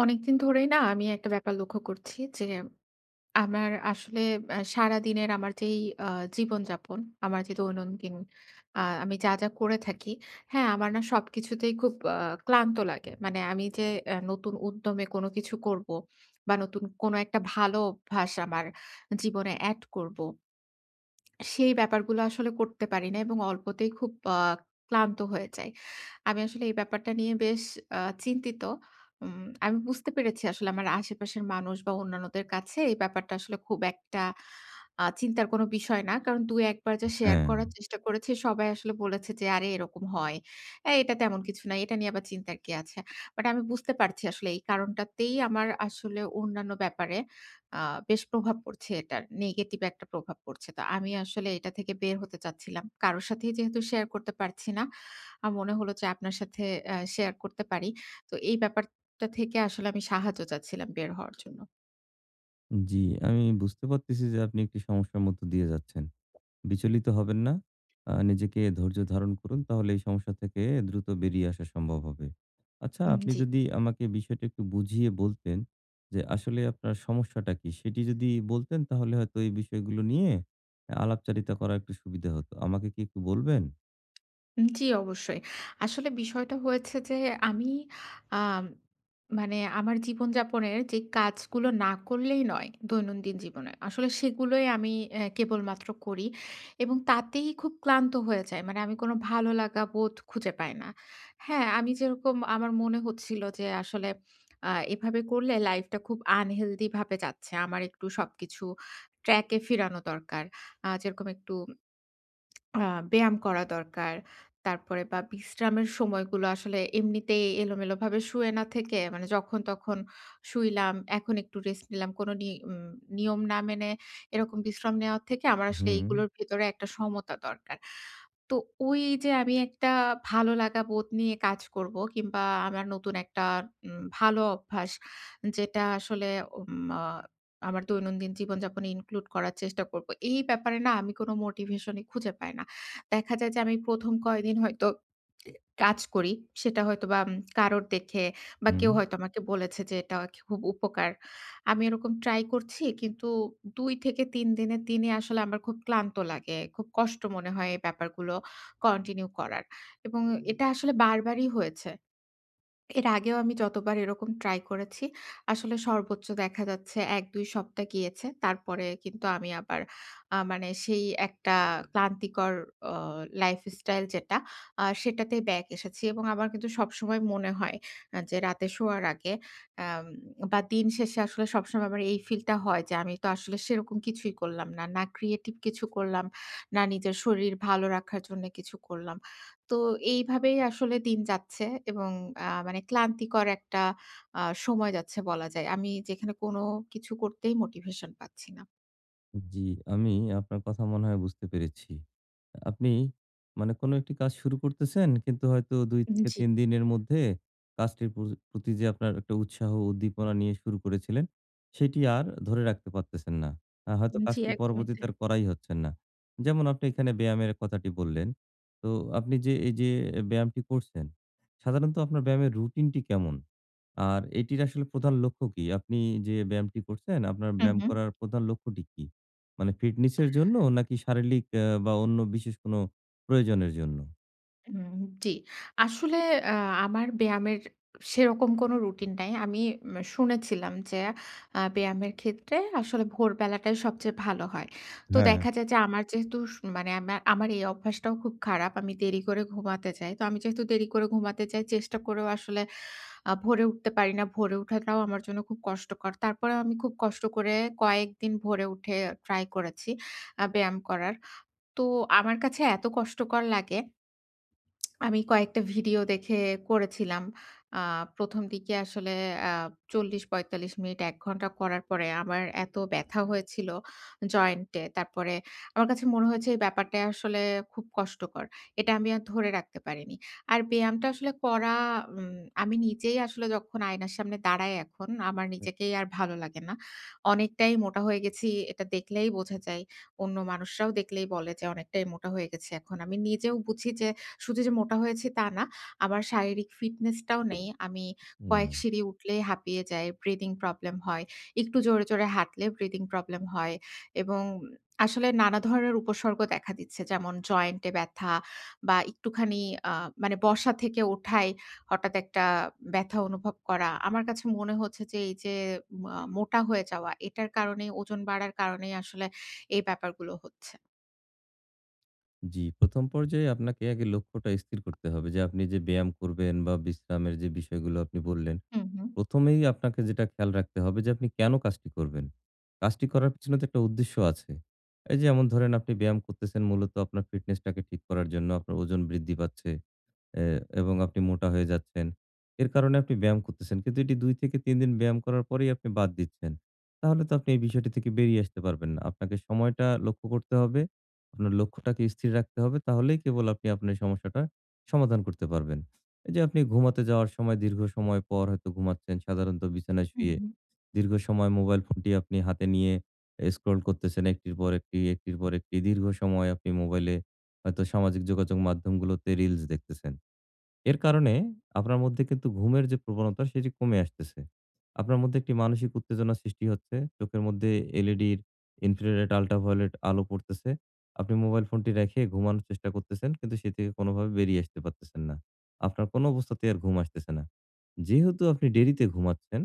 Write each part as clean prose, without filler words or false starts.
অনেকদিন ধরেই না আমি একটা ব্যাপার লক্ষ্য করছি যে, আমার আসলে সারাদিনের আমার যেই আ জীবনযাপন, আমার যে দৈনন্দিন আমি যা, যা করে থাকি, হ্যাঁ, আমার না সবকিছুতেই খুব ক্লান্ত লাগে। মানে আমি যে নতুন উদ্যমে কোনো কিছু করব বা নতুন কোনো একটা ভালো অভ্যাস আমার জীবনে এড করব সেই ব্যাপারগুলো আসলে করতে পারি না এবং অল্পতেই খুব ক্লান্ত হয়ে যাই। আমি আসলে এই ব্যাপারটা নিয়ে বেশ আ চিন্তিত। আমি বুঝতে পেরেছি আসলে আমার আশেপাশের মানুষ বা অন্যান্যদের কাছে এই ব্যাপারটা আসলে খুব একটা চিন্তার কোনো বিষয় না। কারণ ২-১ বার যা শেয়ার হ্যাঁ, করার চেষ্টা করেছি সবাই আসলে বলেছে যে, "আরে এরকম হয়। এটা তেমন কিছু না। এটা নিয়ে আবার চিন্তার কি আছে?" বাট আমি বুঝতে পারছি আসলে এই কারণটাতেই আমার আসলে অন্যান্য ব্যাপারে আ বেশ প্রভাব পড়ছে এটার। নেগেটিভ একটা প্রভাব পড়ছে। তো আমি আসলে এটা থেকে বের হতে চাচ্ছিলাম। কারো সাথেই যেহেতু শেয়ার করতে পারছি না, আমার মনে হলো যে আপনার সাথে শেয়ার করতে পারি। তো এই ব্যাপারটা থেকে আসলে আমি সাহায্য চাচ্ছিলাম বের হওয়ার জন্য। জি। আমি বুঝতে পারতেছি যে আপনি একটি সমস্যার মধ্য দিয়ে যাচ্ছেন। বিচলিত হবেন না। নিজেকে ধৈর্য ধারণ করুন। তাহলে এই সমস্যা থেকে দ্রুত বেরিয়ে আসা সম্ভব হবে। আচ্ছা, আপনি জি। যদি আমাকে বিষয়টা একটু বুঝিয়ে বলতেন যে আসলে আপনার সমস্যাটা কি? সেটি যদি বলতেন তাহলে হয়তো এই বিষয়গুলো নিয়ে আলাপচারিতা করা একটু সুবিধা হতো। আমাকে কি একটু বলবেন? জি, অবশ্যই। আসলে বিষয়টা হয়েছে যে আমি আম মানে আমার জীবনযাপনের যে কাজগুলো না করলেই নয় দৈনন্দিন জীবনে। আসলে সেগুলোই আমি কেবলমাত্র করি এবং তাতেই খুব ক্লান্ত হয়ে যাই। মানে আমি কোনো ভালো লাগা বোধ খুঁজে পাই না। হ্যাঁ, আমি যেরকম আমার মনে হচ্ছিল যে আসলে এভাবে করলে লাইফটা খুব আনহেলদি ভাবে যাচ্ছে। আমার একটু সবকিছু ট্র্যাক এ ফিরানো দরকার। যেরকম একটু আ ব্যায়াম করা দরকার। তারপরে বা বিশ্রামের সময়গুলো আসলে এমনিতেই এলোমেলোভাবে শুয়ে না থেকে মানে যখন তখন শুইলাম, এখন একটু রেস্ট নিলাম। কোনো নি উম নিয়ম না মেনে এরকম বিশ্রাম নেওয়া থেকে আমার আসলে হুম, এইগুলোর ভেতরে একটা সমতা দরকার। তো ওই যে আমি একটা ভালো লাগা বোধ নিয়ে কাজ করব কিংবা আমার নতুন একটা ভালো অভ্যাস যেটা আসলে উম আ আমার দৈনন্দিন জীবনযাপনে ইনক্লুড করার চেষ্টা করব। এই ব্যাপারে না আমি কোনো মোটিভেশনই খুঁজে পাই না। দেখা যায় যে আমি ১ম কয়েকদিন হয়তো কাজ করি। সেটা হয়তোবা কারোর দেখে বা হুম। কেউ হয়তো আমাকে বলেছে যে এটা খুব উপকার। আমি এরকম ট্রাই করছি কিন্তু ২ থেকে ৩ দিনের দিনই আসলে আমার খুব ক্লান্ত লাগে। খুব কষ্ট মনে হয় এই ব্যাপারগুলো কন্টিনিউ করার। এবং এটা আসলে বারবারই হয়েছে। এর আগেও আমি যতবার এরকম ট্রাই করেছি, আসলে সর্বোচ্চ দেখা যাচ্ছে ১-২ সপ্তাহ গিয়েছে। তারপরে কিন্তু আমি আবার মানে সেই একটা ক্লান্তিকর অ লাইফস্টাইল যেটা, সেটাতেই ব্যাক এসেছি এবং আমার কিন্তু সবসময় মনে হয় যে রাতে শোয়ার আগে আম বা দিন শেষে আসলে সবসময় আমার এই ফিলটা হয় যে আমি তো আসলে সেরকম কিছুই করলাম না। না ক্রিয়েটিভ কিছু করলাম, না নিজের শরীর ভালো রাখার জন্য কিছু করলাম। তো এইভাবেই আসলে দিন যাচ্ছে এবং মানে ক্লান্তিকর একটা আ সময় যাচ্ছে বলা যায়। আমি যেখানে কোনো কিছু করতেই মোটিভেশন পাচ্ছি না। জি, আমি আপনার কথা মনে হয় বুঝতে পেরেছি। আপনি মানে কোনো একটি কাজ শুরু করতেছেন, কিন্তু হয়তো ২ থেকে জি, ৩ দিনের মধ্যে কাজটির প্রতি যে আপনার একটা উৎসাহ, উদ্দীপনা নিয়ে শুরু করেছিলেন, সেটি আর ধরে রাখতে পারতেছেন না। হয়তো জি, কাজটি একদমই পরবর্তীতে তাই। আর করাই হচ্ছেন না। যেমন আপনি এখানে ব্যায়ামের কথাটি বললেন। তো আপনি যে এই যে ব্যায়ামটি করছেন, সাধারণত আপনার ব্যায়ামের রুটিনটি কেমন? আর এটির আসলে প্রধান লক্ষ্য কি? আপনি যে ব্যায়ামটি করছেন, আপনার হুম, ব্যায়াম হুম। করার প্রধান লক্ষ্যটি কি? মানে ফিটনেসের জন্য নাকি শারীরিক বা অন্য বিশেষ কোনো প্রয়োজনের জন্য? হুম, জি। আসলে আ আমার ব্যায়ামের সেরকম কোনো রুটিন নাই। আমি শুনেছিলাম যে ব্যায়ামের ক্ষেত্রে আসলে ভোরবেলাটাই সবচেয়ে ভালো হয়। তো হ্যাঁ। দেখা যায় যে আমার যেহেতু মানে আমার আমার এই অভ্যাসটাও খুব খারাপ। আমি দেরি করে ঘুমাতে যাই। তো আমি যেহেতু দেরি করে ঘুমাতে যাই চেষ্টা করেও আসলে ভোরে উঠতে পারি না। ভোরে উঠাটাও আমার জন্য খুব কষ্টকর। তারপরেও আমি খুব কষ্ট করে কয়েকদিন ভোরে উঠে ট্রাই করেছি ব্যায়াম করার। তো আমার কাছে এত কষ্টকর লাগে আমি কয়েকটা ভিডিও দেখে করেছিলাম। আ ১ম দিকে আসলে আ ৪০-৪৫ মিনিট ১ ঘন্টা করার পরে আমার এত ব্যথা হয়েছিল জয়েন্টে। তারপরে আমার কাছে মনে হয়েছে এই ব্যাপারটা আসলে খুব কষ্টকর। এটা আমি আর ধরে রাখতে পারিনি। আর ব্যায়ামটা আসলে করা আমি নিজেই আসলে যখন আয়নার সামনে দাঁড়াই এখন আমার নিজেকেই আর ভালো লাগে না। অনেকটাই মোটা হয়ে গেছি এটা দেখলেই বোঝা যায়। অন্য মানুষরাও দেখলেই বলে যে অনেকটাই মোটা হয়ে গেছে এখন। আমি নিজেও বুঝি যে শুধু যে মোটা হয়েছি তা না, আমার শারীরিক ফিটনেসটাও নেই। আমি হুম, কয়েক সিঁড়ি উঠলেই হাঁপিয়ে যাই, ব্রিদিং প্রবলেম হয়। একটু জোরে, জোরে হাঁটলে ব্রিদিং প্রবলেম হয় এবং আসলে নানা ধরনের উপসর্গ দেখা দিচ্ছে। যেমন জয়েন্টে ব্যথা বা একটুখানি আ মানে বসা থেকে ওঠায় হঠাৎ একটা ব্যথা অনুভব করা। আমার কাছে মনে হচ্ছে যে এই যে মোটা হয়ে যাওয়া, এটার কারণে ওজন বাড়ার কারণেই আসলে এই ব্যাপারগুলো হচ্ছে। জি। ১ম পর্যায়ে আপনাকে আগে লক্ষ্যটা স্থির করতে হবে যে আপনি যে ব্যায়াম করবেন বা বিশ্রামের যে বিষয়গুলো আপনি বললেন, হুম, হুম। ১ম এই আপনাকে যেটা খেয়াল রাখতে হবে যে আপনি কেন কাজটি করবেন? কাজটি করার পিছনে তো একটা উদ্দেশ্য আছে। এই যে যেমন ধরেন আপনি ব্যায়াম করতেছেন মূলত আপনার ফিটনেসটাকে ঠিক করার জন্য, আপনার ওজন বৃদ্ধি পাচ্ছে। এ এবং আপনি মোটা হয়ে যাচ্ছেন। এর কারণে আপনি ব্যায়াম করতেছেন। কিন্তু এটি ২ থেকে ৩ দিন ব্যায়াম করার পরেই আপনি বাদ দিচ্ছেন। তাহলে তো আপনি এই বিষয়টি থেকে বেরিয়ে আসতে পারবেন না। আপনাকে সময়টা লক্ষ্য করতে হবে। আপনার লক্ষ্যটাকে স্থির রাখতে হবে। তাহলেই কেবল আপনি আপনার সমস্যাটা সমাধান করতে পারবেন। এই যে আপনি ঘুমাতে যাওয়ার সময় দীর্ঘ সময় পর হয়তো ঘুমাচ্ছেন সাধারণত বিছানায় হুম। শুয়ে। হুম। দীর্ঘ সময় মোবাইল ফোনটি আপনি হাতে নিয়ে স্ক্রল করতেছেন একটির পর একটি, একটির পর একটি। দীর্ঘ সময় আপনি মোবাইলে হয়তো সামাজিক যোগাযোগ মাধ্যমগুলোতে রিলস দেখতেছেন। এর কারণে আপনার মধ্যে কিন্তু ঘুমের যে প্রবণতা সেটি কমে আসতেছে। আপনার মধ্যে একটি মানসিক উত্তেজনার সৃষ্টি হচ্ছে। চোখের মধ্যে এলইডির ইনফ্রারেড, আল্ট্রাভায়োলেট আলো পড়তেছে। আপনি মোবাইল ফোনটি রেখে ঘুমানোর চেষ্টা করতেছেন কিন্তু সে থেকে কোনোভাবে বেরিয়ে আসতে পারতেছেন না। আপনার কোনো অবস্থাতেই আর ঘুম আসতেছে না। যেহেতু আপনি দেরিতে ঘুমাচ্ছেন,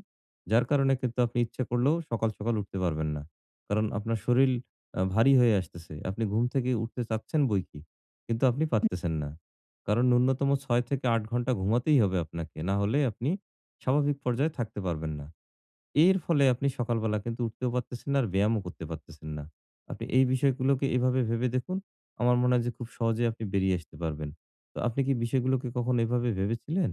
যার কারণে কিন্তু আপনি ইচ্ছা করলেও সকাল, সকাল উঠতে পারবেন না। কারণ আপনার শরীর ভারী হয়ে আসতেছে। আপনি ঘুম থেকে উঠতে চাচ্ছেন বইকি, কিন্তু আপনি পারতেছেন না। কারণ ন্যূনতম ৬ থেকে ৮ ঘন্টা ঘুমাতেই হবে আপনাকে। না হলে আপনি স্বাভাবিক পর্যায়ে থাকতে পারবেন না। এর ফলে আপনি সকালবেলা কিন্তু উঠতেও পারতেছেন না আর ব্যায়ামও করতে পারতেছেন না। আপনি এই বিষয়গুলোকে এভাবে ভেবে দেখুন। আমার মনে হয় যে খুব সহজে আপনি বেরিয়ে আসতে পারবেন। তো আপনি কি বিষয়গুলোকে কখনো এভাবে ভেবেছিলেন?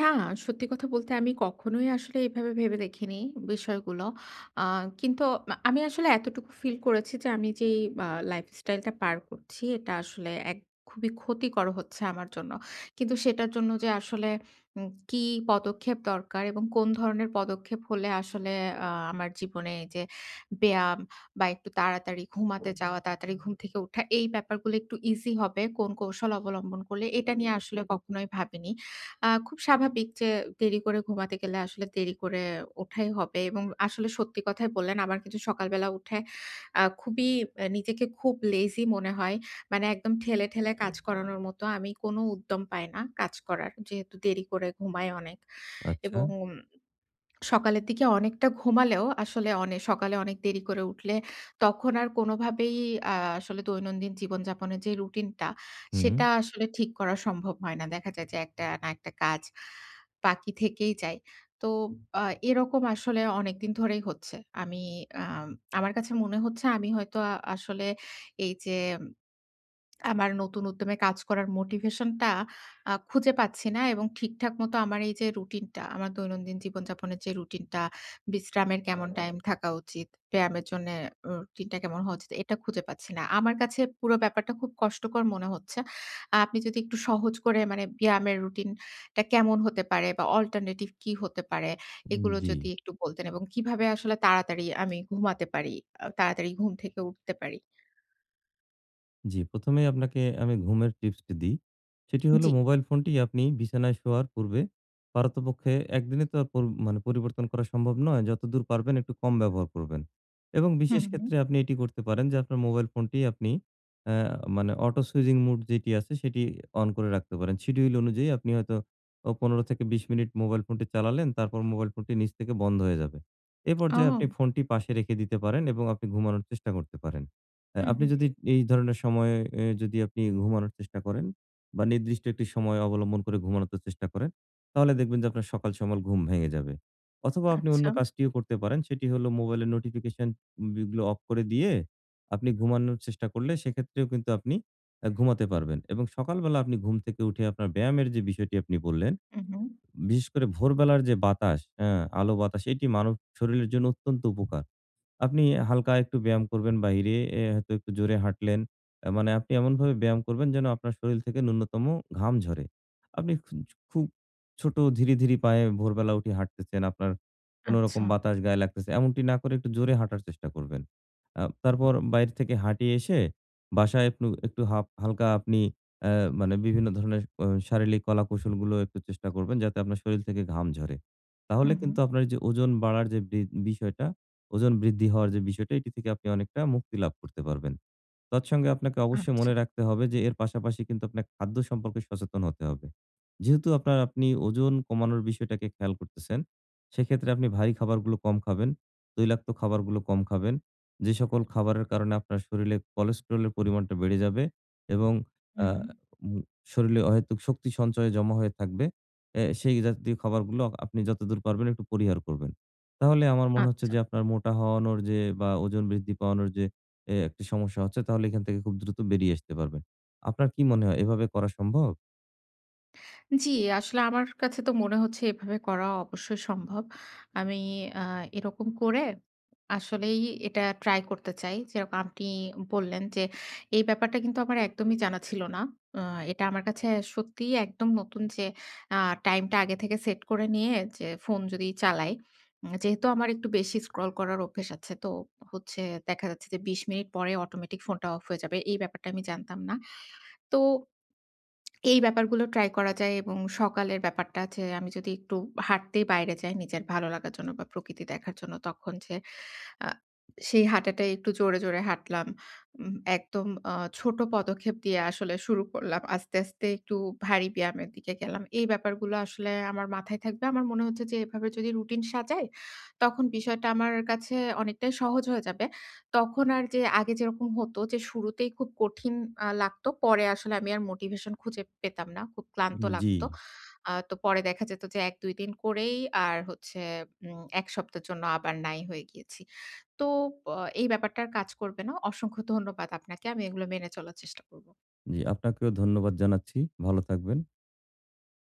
না, সত্যি কথা বলতে আমি কখনোই আসলে এভাবে ভেবে দেখিনি বিষয়গুলো। আ কিন্তু আমি আসলে এতটুকু ফিল করেছি যে আমি যেই আ লাইফস্টাইলটা পার করছি এটা আসলে এক খুবই ক্ষতিকর হচ্ছে আমার জন্য। কিন্তু সেটার জন্য যে আসলে কি পদক্ষেপ দরকার এবং কোন ধরনের পদক্ষেপ হলে আসলে আমার জীবনে এই যে ব্যায়াম বা একটু তাড়াতাড়ি ঘুমাতে যাওয়া, তাড়াতাড়ি ঘুম থেকে ওঠা এই ব্যাপারগুলো একটু ইজি হবে, কোন কৌশল অবলম্বন করলে এটা নিয়ে আসলে কখনোই ভাবিনি। খুব স্বাভাবিক যে দেরি করে ঘুমাতে গেলে আসলে দেরি করে ওঠাই হবে এবং আসলে সত্যি কথাই বললেন, আমার কিন্তু সকালবেলা উঠে খুবই নিজেকে খুব লেজি মনে হয়। মানে একদম ঠেলে, ঠেলে কাজ করানোর মতো আমি কোনো উদ্যম পাই না কাজ করার। যেহেতু দেরি করে ঘুমাই অনেক আচ্ছা। এবং সকালের দিকে অনেকটা ঘুমালেও আসলে সকালে অনেক দেরি করে উঠলে তখন আর কোনোভাবেই আসলে দৈনন্দিন জীবনযাপনের যে রুটিনটা, হুম, সেটা আসলে ঠিক করা সম্ভব হয় না। দেখা যায় যে একটা না একটা কাজ বাকি থেকেই যায়। তো আ এরকম আসলে অনেকদিন ধরেই হচ্ছে। আমি আম আমার কাছে মনে হচ্ছে আমি হয়তো আসলে এই যে আমার নতুন উদ্যমে কাজ করার মোটিভেশনটা খুঁজে পাচ্ছি না এবং ঠিকঠাক মতো আমার এই যে রুটিনটা, আমার দৈনন্দিন জীবনযাপনের যে রুটিনটা, বিশ্রামের কেমন টাইম থাকা উচিত, ব্যায়ামের জন্যে রুটিনটা কেমন হওয়া উচিত, এটা খুঁজে পাচ্ছি না। আমার কাছে পুরো ব্যাপারটা খুব কষ্টকর মনে হচ্ছে। আপনি যদি একটু সহজ করে মানে ব্যায়ামের রুটিনটা কেমন হতে পারে বা অল্টারনেটিভ কি হতে পারে, এগুলো জি। যদি একটু বলতেন এবং কিভাবে আসলে তাড়াতাড়ি আমি ঘুমাতে পারি, তাড়াতাড়ি ঘুম থেকে উঠতে পারি? জি, ১ম এই আপনাকে আমি ঘুমের টিপসটি দিই। সেটি হলো জি। মোবাইল ফোনটি আপনি বিছানায় শোয়ার পূর্বে পারতপক্ষে একদিনে তো আর পর মানে পরিবর্তন করা সম্ভব নয়। যতদূর পারবেন একটু কম ব্যবহার করবেন। এবং বিশেষ হুম, হুম। ক্ষেত্রে আপনি এটি করতে পারেন যে আপনার মোবাইল ফোনটি আপনি অ্যা মানে অটো সুইজিং মুড যেটি আছে সেটি অন করে রাখতে পারেন। শিডিউল অনুযায়ী আপনি হয়তো ১৫ থেকে ২০ মিনিট মোবাইল ফোনটি চালালেন, তারপর মোবাইল ফোনটি নিচ থেকে বন্ধ হয়ে যাবে। এ পর্যায়ে ও। আপনি ফোনটি পাশে রেখে দিতে পারেন এবং আপনি ঘুমানোর চেষ্টা করতে পারেন। হুম, আপনি হুম। যদি এই ধরনের সময়ে যদি আপনি ঘুমানোর চেষ্টা করেন বা নির্দিষ্ট একটি সময় অবলম্বন করে ঘুমানোর চেষ্টা করেন, তাহলে দেখবেন যে আপনার সমল ঘুম ভেঙে যাবে। অথবা আপনি অন্য আচ্ছা। কাজটিও করতে পারেন। সেটি হলো মোবাইলের নোটিফিকেশন গুলো অফ করে দিয়ে আপনি ঘুমানোর চেষ্টা করলে সেক্ষেত্রেও কিন্তু আপনি ঘুমাতে পারবেন। এবং সকালবেলা আপনি ঘুম থেকে উঠে আপনার ব্যায়ামের যে বিষয়টি আপনি বললেন, হুম, হুম। বিশেষ করে ভোরবেলার যে বাতাস, হ্যাঁ, আলো বাতাস এটি মানব শরীরের জন্য অত্যন্ত উপকার। আপনি হালকা একটু ব্যায়াম করবেন বাহিরে, হয়তো একটু জোরে হাঁটলেন। মানে আপনি এমনভাবে ব্যায়াম করবেন যেন আপনার শরীর থেকে ন্যূনতম ঘাম ঝরে। আপনি খুব ছোট ধীরে, ধীরে পায়ে ভোরবেলা উঠে হাঁটতেছেন, আপনার কোনরকম আচ্ছা। বাতাস গায়ে লাগতেছে। এমনটি না করে একটু জোরে হাঁটার চেষ্টা করবেন। তারপর বাইরে থেকে হাঁটিয়ে এসে বাসায় একটু, একটু হালকা আপনি আ মানে বিভিন্ন ধরনের শারীরিক কলাকৌশলগুলো একটু চেষ্টা করবেন যাতে আপনার শরীর থেকে ঘাম ঝরে। তাহলে হুম, হুম। কিন্তু আপনার এই যে ওজন বাড়ার যে বিষয়টা ওজন বৃদ্ধি হওয়ার যে বিষয়টা, এটি থেকে আপনি অনেকটা মুক্তি লাভ করতে পারবেন। তৎসঙ্গে আপনাকে অবশ্যই আচ্ছা। মনে রাখতে হবে যে এর পাশাপাশি কিন্তু আপনার খাদ্য সম্পর্কে সচেতন হতে হবে। যেহেতু আপনার আপনি ওজন কমানোর বিষয়টাকে খেয়াল করতেছেন, সেক্ষেত্রে আপনি ভারী খাবারগুলো কম খাবেন, তৈলাক্ত খাবারগুলো কম খাবেন। যে সকল খাবারের কারণে আপনার শরীরে কোলেস্টেরলের পরিমাণটা বেড়ে যাবে এবং আ হুম। উম শরীরে অহেতুক শক্তি সঞ্চয়ে জমা হয়ে থাকবে। সেই জাতীয় খাবারগুলো আপনি যতদূর পারবেন একটু পরিহার করবেন। তাহলে আমার মনে হচ্ছে আচ্ছা। যে আপনার মোটা হওয়ানোর যে বা ওজন বৃদ্ধি পাওয়ানোর যে একটি সমস্যা হচ্ছে তাহলে এখান থেকে খুব দ্রুত বেরিয়ে আসতে পারবেন। আপনার কি মনে হয় এভাবে করা সম্ভব? জি, আসলে আমার কাছে তো মনে হচ্ছে এভাবে করা অবশ্যই সম্ভব। আমি আ এরকম করে আসলেই এটা ট্রাই করতে চাই। যেরকম আপনি বললেন যে, এই ব্যাপারটা কিন্তু আমার একদমই জানা ছিল না। আ এটা আমার কাছে সত্যিই একদম নতুন যে আ টাইমটা আগে থেকে সেট করে নিয়ে যে ফোন যদি চালাই, যেহেতু আমার একটু বেশি স্ক্রল করার অভ্যেস আছে, তো হচ্ছে দেখা যাচ্ছে যে ২০ মিনিট পরে অটোমেটিক ফোনটা অফ হয়ে যাবে। এই ব্যাপারটা আমি জানতাম না। তো এই ব্যাপারগুলো ট্রাই করা যায় এবং সকালের ব্যাপারটা আছে আমি যদি একটু হাঁটতে বাইরে যাই নিজের ভালো লাগার জন্য বা প্রকৃতি দেখার জন্য তখন যে আ সেই হাঁটাটাই একটু জোরে, জোরে হাঁটলাম। একদম ছোট পদক্ষেপ দিয়ে আসলে শুরু করলাম। আস্তে, আস্তে একটু ভারী ব্যায়ামের দিকে গেলাম। এই ব্যাপারগুলো আসলে আমার মাথায় থাকবে। আমার মনে হচ্ছে যে এভাবে যদি রুটিন সাজাই, তখন বিষয়টা আমার কাছে অনেকটাই সহজ হয়ে যাবে। তখন আর যে আগে যেরকম হতো যে শুরুতেই খুব কঠিন লাগতো। পরে আসলে আমি আর মোটিভেশন খুঁজে পেতাম না। খুব ক্লান্ত জি, লাগতো। তো পরে দেখা যেত যে ১-২ দিন করেই আর হচ্ছে ১ সপ্তাহের জন্য আবার নাই হয়ে গিয়েছি। তো প এই ব্যাপারটা আর কাজ করবে না। অসংখ্য ধন্যবাদ আপনাকে। আমি এগুলো মেনে চলার চেষ্টা করব। জি আপনাকেও ধন্যবাদ জানাচ্ছি। ভালো থাকবেন।